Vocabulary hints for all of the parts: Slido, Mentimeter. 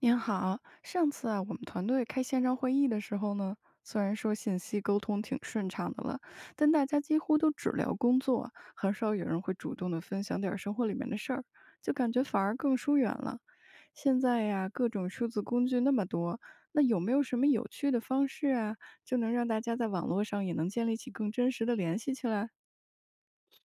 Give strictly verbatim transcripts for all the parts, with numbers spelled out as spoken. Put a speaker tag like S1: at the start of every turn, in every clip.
S1: 您好，上次啊，我们团队开线上会议的时候呢，虽然说信息沟通挺顺畅的了，但大家几乎都只聊工作，很少有人会主动的分享点儿生活里面的事儿，就感觉反而更疏远了。现在呀，各种数字工具那么多，那有没有什么有趣的方式啊，就能让大家在网络上也能建立起更真实的联系起来？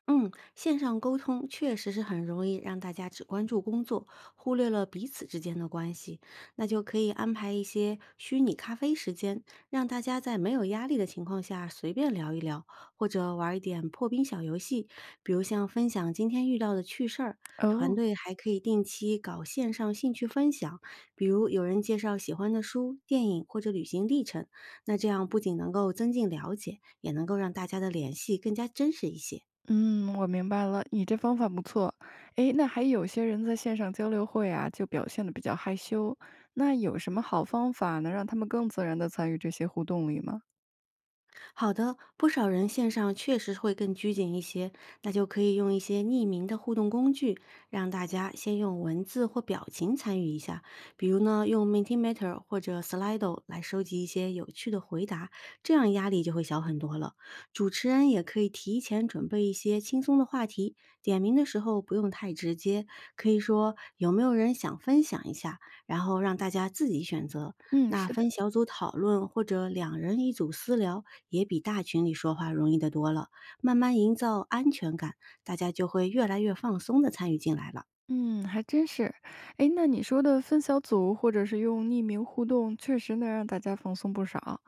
S2: 嗯，线上沟通确实是很容易让大家只关注工作，忽略了彼此之间的关系。那就可以安排一些虚拟咖啡时间，让大家在没有压力的情况下随便聊一聊，或者玩一点破冰小游戏，比如像分享今天遇到的趣事儿。团
S1: 哦，
S2: 队还可以定期搞线上兴趣分享，比如有人介绍喜欢的书、电影或者旅行历程。那这样不仅能够增进了解，也能够让大家的联系更加真实一些。
S1: 嗯，我明白了，你这方法不错。诶，那还有些人在线上交流会啊，就表现得比较害羞，那有什么好方法能让他们更自然地参与这些互动里吗？
S2: 好的，不少人线上确实会更拘谨一些，那就可以用一些匿名的互动工具，让大家先用文字或表情参与一下。比如呢，用 Mentimeter 或者 Slido 来收集一些有趣的回答，这样压力就会小很多了。主持人也可以提前准备一些轻松的话题，点名的时候不用太直接，可以说有没有人想分享一下，然后让大家自己选择。
S1: 嗯，
S2: 那
S1: 是的。
S2: 分小组讨论或者两人一组私聊，也比大群里说话容易得多了。慢慢营造安全感，大家就会越来越放松的参与进来了。
S1: 嗯，还真是。诶，那你说的分小组或者是用匿名互动，确实能让大家放松不少。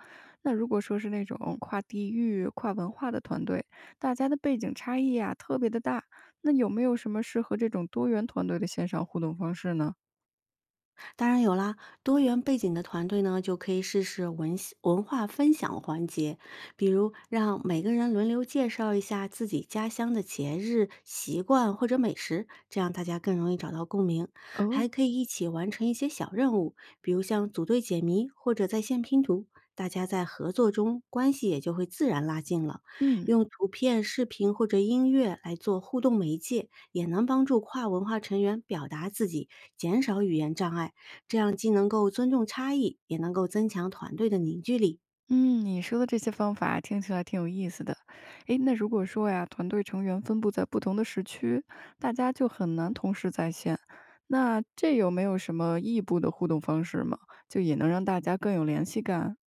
S1: 那如果说是那种跨地域、跨文化的团队，大家的背景差异啊特别的大，那有没有什么适合这种多元团队的线上互动方式呢？
S2: 当然有啦，多元背景的团队呢，就可以试试文戏文化分享环节，比如让每个人轮流介绍一下自己家乡的节日习惯或者美食，这样大家更容易找到共鸣。还
S1: 哦。
S2: 可以一起完成一些小任务，比如像组队解谜或者在线拼图。大家在合作中关系也就会自然拉近了。
S1: 嗯。
S2: 用图片、视频或者音乐来做互动媒介，也能帮助跨文化成员表达自己，减少语言障碍。这样既能够尊重差异，也能够增强团队的凝聚力。
S1: 嗯，你说的这些方法听起来挺有意思的。诶，那如果说呀，团队成员分布在不同的时区，大家就很难同时在线。那这有没有什么异步的互动方式吗？就也能让大家更有联系感？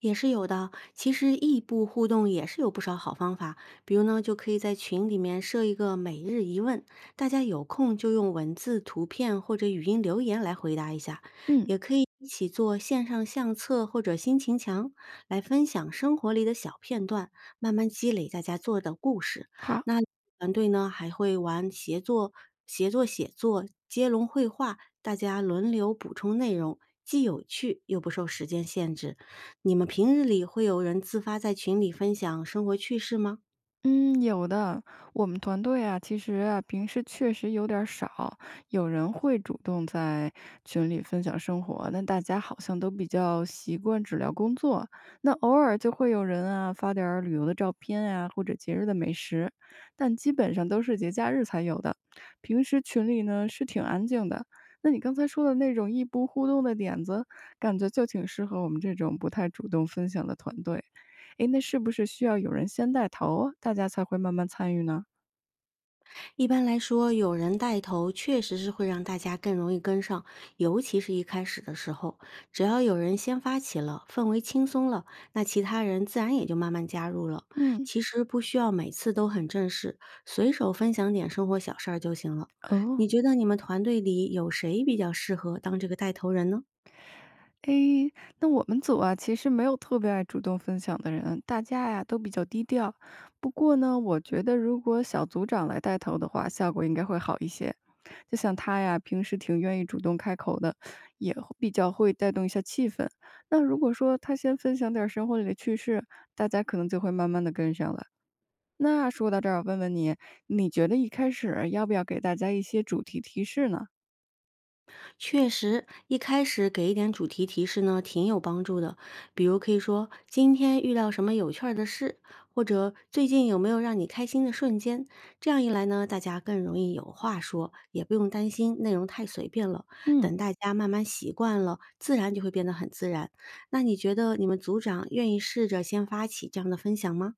S2: 也是有的。其实异步互动也是有不少好方法，比如呢，就可以在群里面设一个每日一问，大家有空就用文字、图片或者语音留言来回答一下，
S1: 嗯，
S2: 也可以一起做线上相册或者心情墙，来分享生活里的小片段，慢慢积累大家做的故事。
S1: 好。
S2: 那团队呢还会玩协作、协作写作、接龙绘画，大家轮流补充内容，既有趣又不受时间限制。你们平日里会有人自发在群里分享生活趣事吗？
S1: 嗯，有的。我们团队啊，其实啊，平时确实有点儿少，有人会主动在群里分享生活，但大家好像都比较习惯只聊工作。那偶尔就会有人啊发点儿旅游的照片呀，或者节日的美食，但基本上都是节假日才有的。平时群里呢是挺安静的。那你刚才说的那种异步互动的点子，感觉就挺适合我们这种不太主动分享的团队。诶，那是不是需要有人先带头，大家才会慢慢参与呢？
S2: 一般来说，有人带头确实是会让大家更容易跟上，尤其是一开始的时候，只要有人先发起了，氛围轻松了，那其他人自然也就慢慢加入了。
S1: 嗯。
S2: 其实不需要每次都很正式，随手分享点生活小事儿就行了。
S1: 哦。
S2: 你觉得你们团队里有谁比较适合当这个带头人呢？
S1: 诶，那我们组啊，其实没有特别爱主动分享的人，大家呀都比较低调。不过呢，我觉得如果小组长来带头的话，效果应该会好一些。就像他呀，平时挺愿意主动开口的，也会比较会带动一下气氛。那如果说他先分享点儿生活里的趣事，大家可能就会慢慢的跟上了。那说到这儿，我问问你，你觉得一开始要不要给大家一些主题提示呢？
S2: 确实，一开始给一点主题提示呢，挺有帮助的。比如可以说今天遇到什么有趣儿的事，或者最近有没有让你开心的瞬间。这样一来呢，大家更容易有话说，也不用担心内容太随便了。
S1: 嗯，
S2: 等大家慢慢习惯了，自然就会变得很自然。那你觉得你们组长愿意试着先发起这样的分享吗？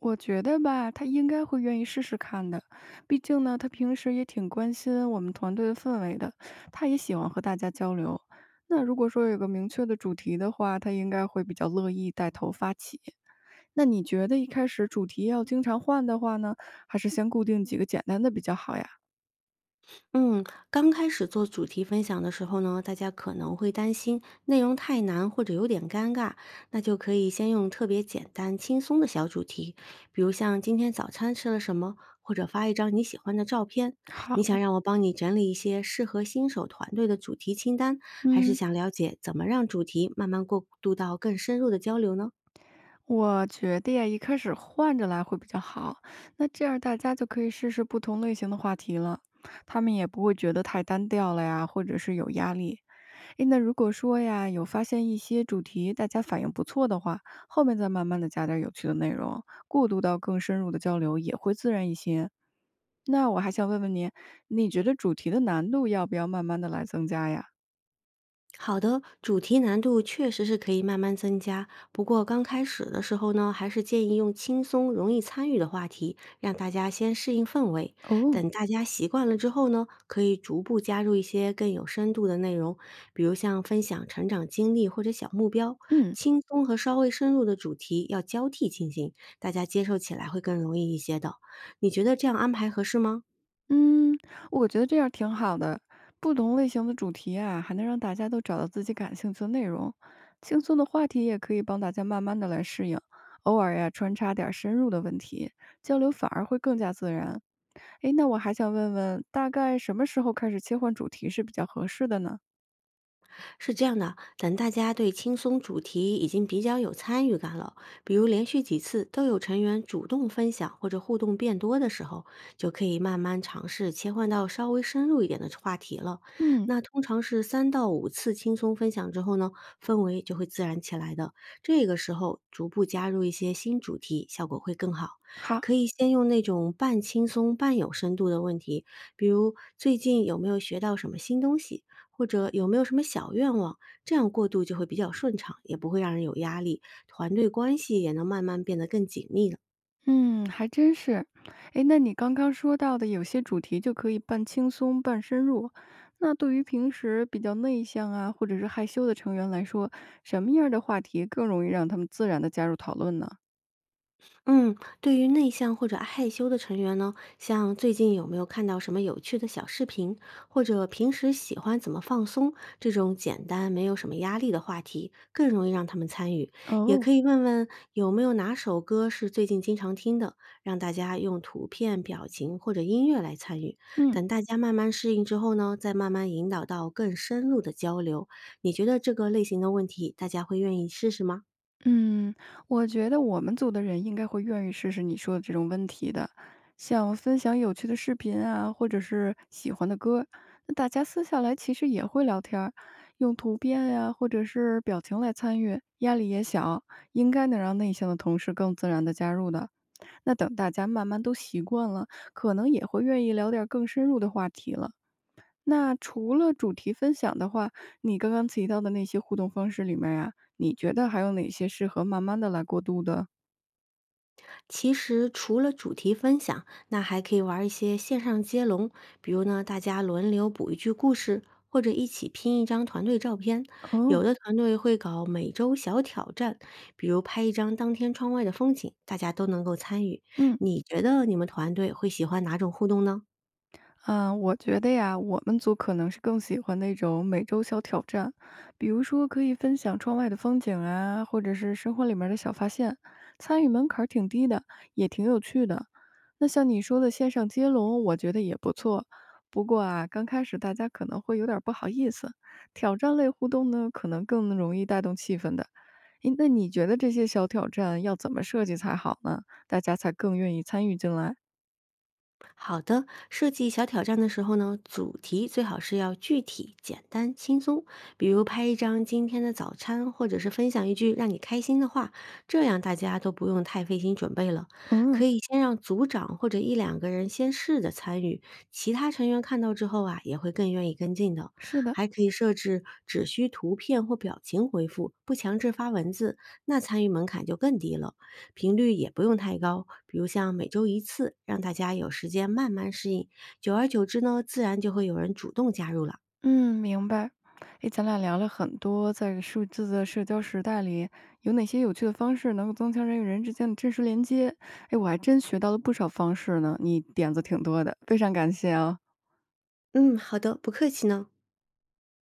S1: 我觉得吧，他应该会愿意试试看的。毕竟呢，他平时也挺关心我们团队的氛围的，他也喜欢和大家交流。那如果说有个明确的主题的话，他应该会比较乐意带头发起。那你觉得一开始主题要经常换的话呢，还是先固定几个简单的比较好呀？
S2: 嗯，刚开始做主题分享的时候呢，大家可能会担心内容太难或者有点尴尬，那就可以先用特别简单、轻松的小主题，比如像今天早餐吃了什么，或者发一张你喜欢的照片。你想
S1: 好。
S2: 让我帮你整理一些适合新手团队的主题清单，还是
S1: 嗯。
S2: 想了解怎么让主题慢慢过渡到更深入的交流呢？
S1: 我觉得呀，一开始换着来会比较好，那这样大家就可以试试不同类型的话题了，他们也不会觉得太单调了呀，或者是有压力。诶，那如果说呀，有发现一些主题大家反应不错的话，后面再慢慢的加点有趣的内容，过渡到更深入的交流也会自然一些。那我还想问问您，你觉得主题的难度要不要慢慢的来增加呀？
S2: 好的，主题难度确实是可以慢慢增加，不过刚开始的时候呢，还是建议用轻松、容易参与的话题，让大家先适应氛围。
S1: 哦。
S2: 等大家习惯了之后呢，可以逐步加入一些更有深度的内容，比如像分享成长经历或者小目标。
S1: 嗯。
S2: 轻松和稍微深入的主题要交替进行，大家接受起来会更容易一些的。你觉得这样安排合适吗？
S1: 嗯，我觉得这样挺好的。不同类型的主题啊，还能让大家都找到自己感兴趣的内容。轻松的话题也可以帮大家慢慢的来适应，偶尔呀穿插点儿深入的问题，交流反而会更加自然。诶，那我还想问问，大概什么时候开始切换主题是比较合适的呢？
S2: 是这样的，等大家对轻松主题已经比较有参与感了，比如连续几次都有成员主动分享或者互动变多的时候，就可以慢慢尝试切换到稍微深入一点的话题了。
S1: 嗯。
S2: 那通常是三到五次轻松分享之后呢，氛围就会自然起来的。这个时候逐步加入一些新主题，效果会更好。
S1: 好。
S2: 可以先用那种半轻松半有深度的问题，比如最近有没有学到什么新东西？或者有没有什么小愿望，这样过渡就会比较顺畅，也不会让人有压力，团队关系也能慢慢变得更紧密了。
S1: 嗯，还真是。诶，那你刚刚说到的有些主题就可以半轻松半深入，那对于平时比较内向啊，或者是害羞的成员来说，什么样儿的话题更容易让他们自然的加入讨论呢？
S2: 嗯，对于内向或者害羞的成员呢，像最近有没有看到什么有趣的小视频，或者平时喜欢怎么放松，这种简单没有什么压力的话题，更容易让他们参与。也
S1: 哦。
S2: 可以问问有没有哪首歌是最近经常听的，让大家用图片、表情或者音乐来参与。
S1: 嗯。
S2: 等大家慢慢适应之后呢，再慢慢引导到更深入的交流。你觉得这个类型的问题，大家会愿意试试吗？
S1: 嗯，我觉得我们组的人应该会愿意试试你说的这种问题的，像分享有趣的视频啊，或者是喜欢的歌，那大家私下来其实也会聊天儿，用图片呀、或者是表情来参与，压力也小，应该能让内向的同事更自然的加入的。那等大家慢慢都习惯了，可能也会愿意聊点儿更深入的话题了。那除了主题分享的话，你刚刚提到的那些互动方式里面呀，啊，你觉得还有哪些适合慢慢的来过渡的？
S2: 其实除了主题分享，那还可以玩一些线上接龙，比如呢，大家轮流补一句故事，或者一起拼一张团队照片。
S1: 哦。
S2: 有的团队会搞每周小挑战，比如拍一张当天窗外的风景，大家都能够参与。
S1: 嗯。
S2: 你觉得你们团队会喜欢哪种互动呢？
S1: 嗯，我觉得呀，我们组可能是更喜欢那种每周小挑战，比如说可以分享窗外的风景啊，或者是生活里面的小发现，参与门槛儿挺低的，也挺有趣的。那像你说的线上接龙，我觉得也不错。不过啊，刚开始大家可能会有点儿不好意思，挑战类互动呢，可能更容易带动气氛的。诶，那你觉得这些小挑战要怎么设计才好呢？大家才更愿意参与进来？
S2: 好的，设计小挑战的时候呢，主题最好是要具体、简单、轻松，比如拍一张今天的早餐，或者是分享一句让你开心的话，这样大家都不用太费心准备了。
S1: 嗯，
S2: 可以先让组长或者一两个人先试着参与，其他成员看到之后啊，也会更愿意跟进的。
S1: 是的。
S2: 还可以设置只需图片或表情回复，不强制发文字，那参与门槛就更低了。频率也不用太高，比如像每周一次，让大家有时间慢慢适应。久而久之呢，自然就会有人主动加入了。
S1: 嗯，明白。诶，咱俩聊了很多，在数字的社交时代里，有哪些有趣的方式能够增强人与人之间的真实连接？诶，我还真学到了不少方式呢，你点子挺多的，非常感谢啊。
S2: 嗯，好的，不客气呢。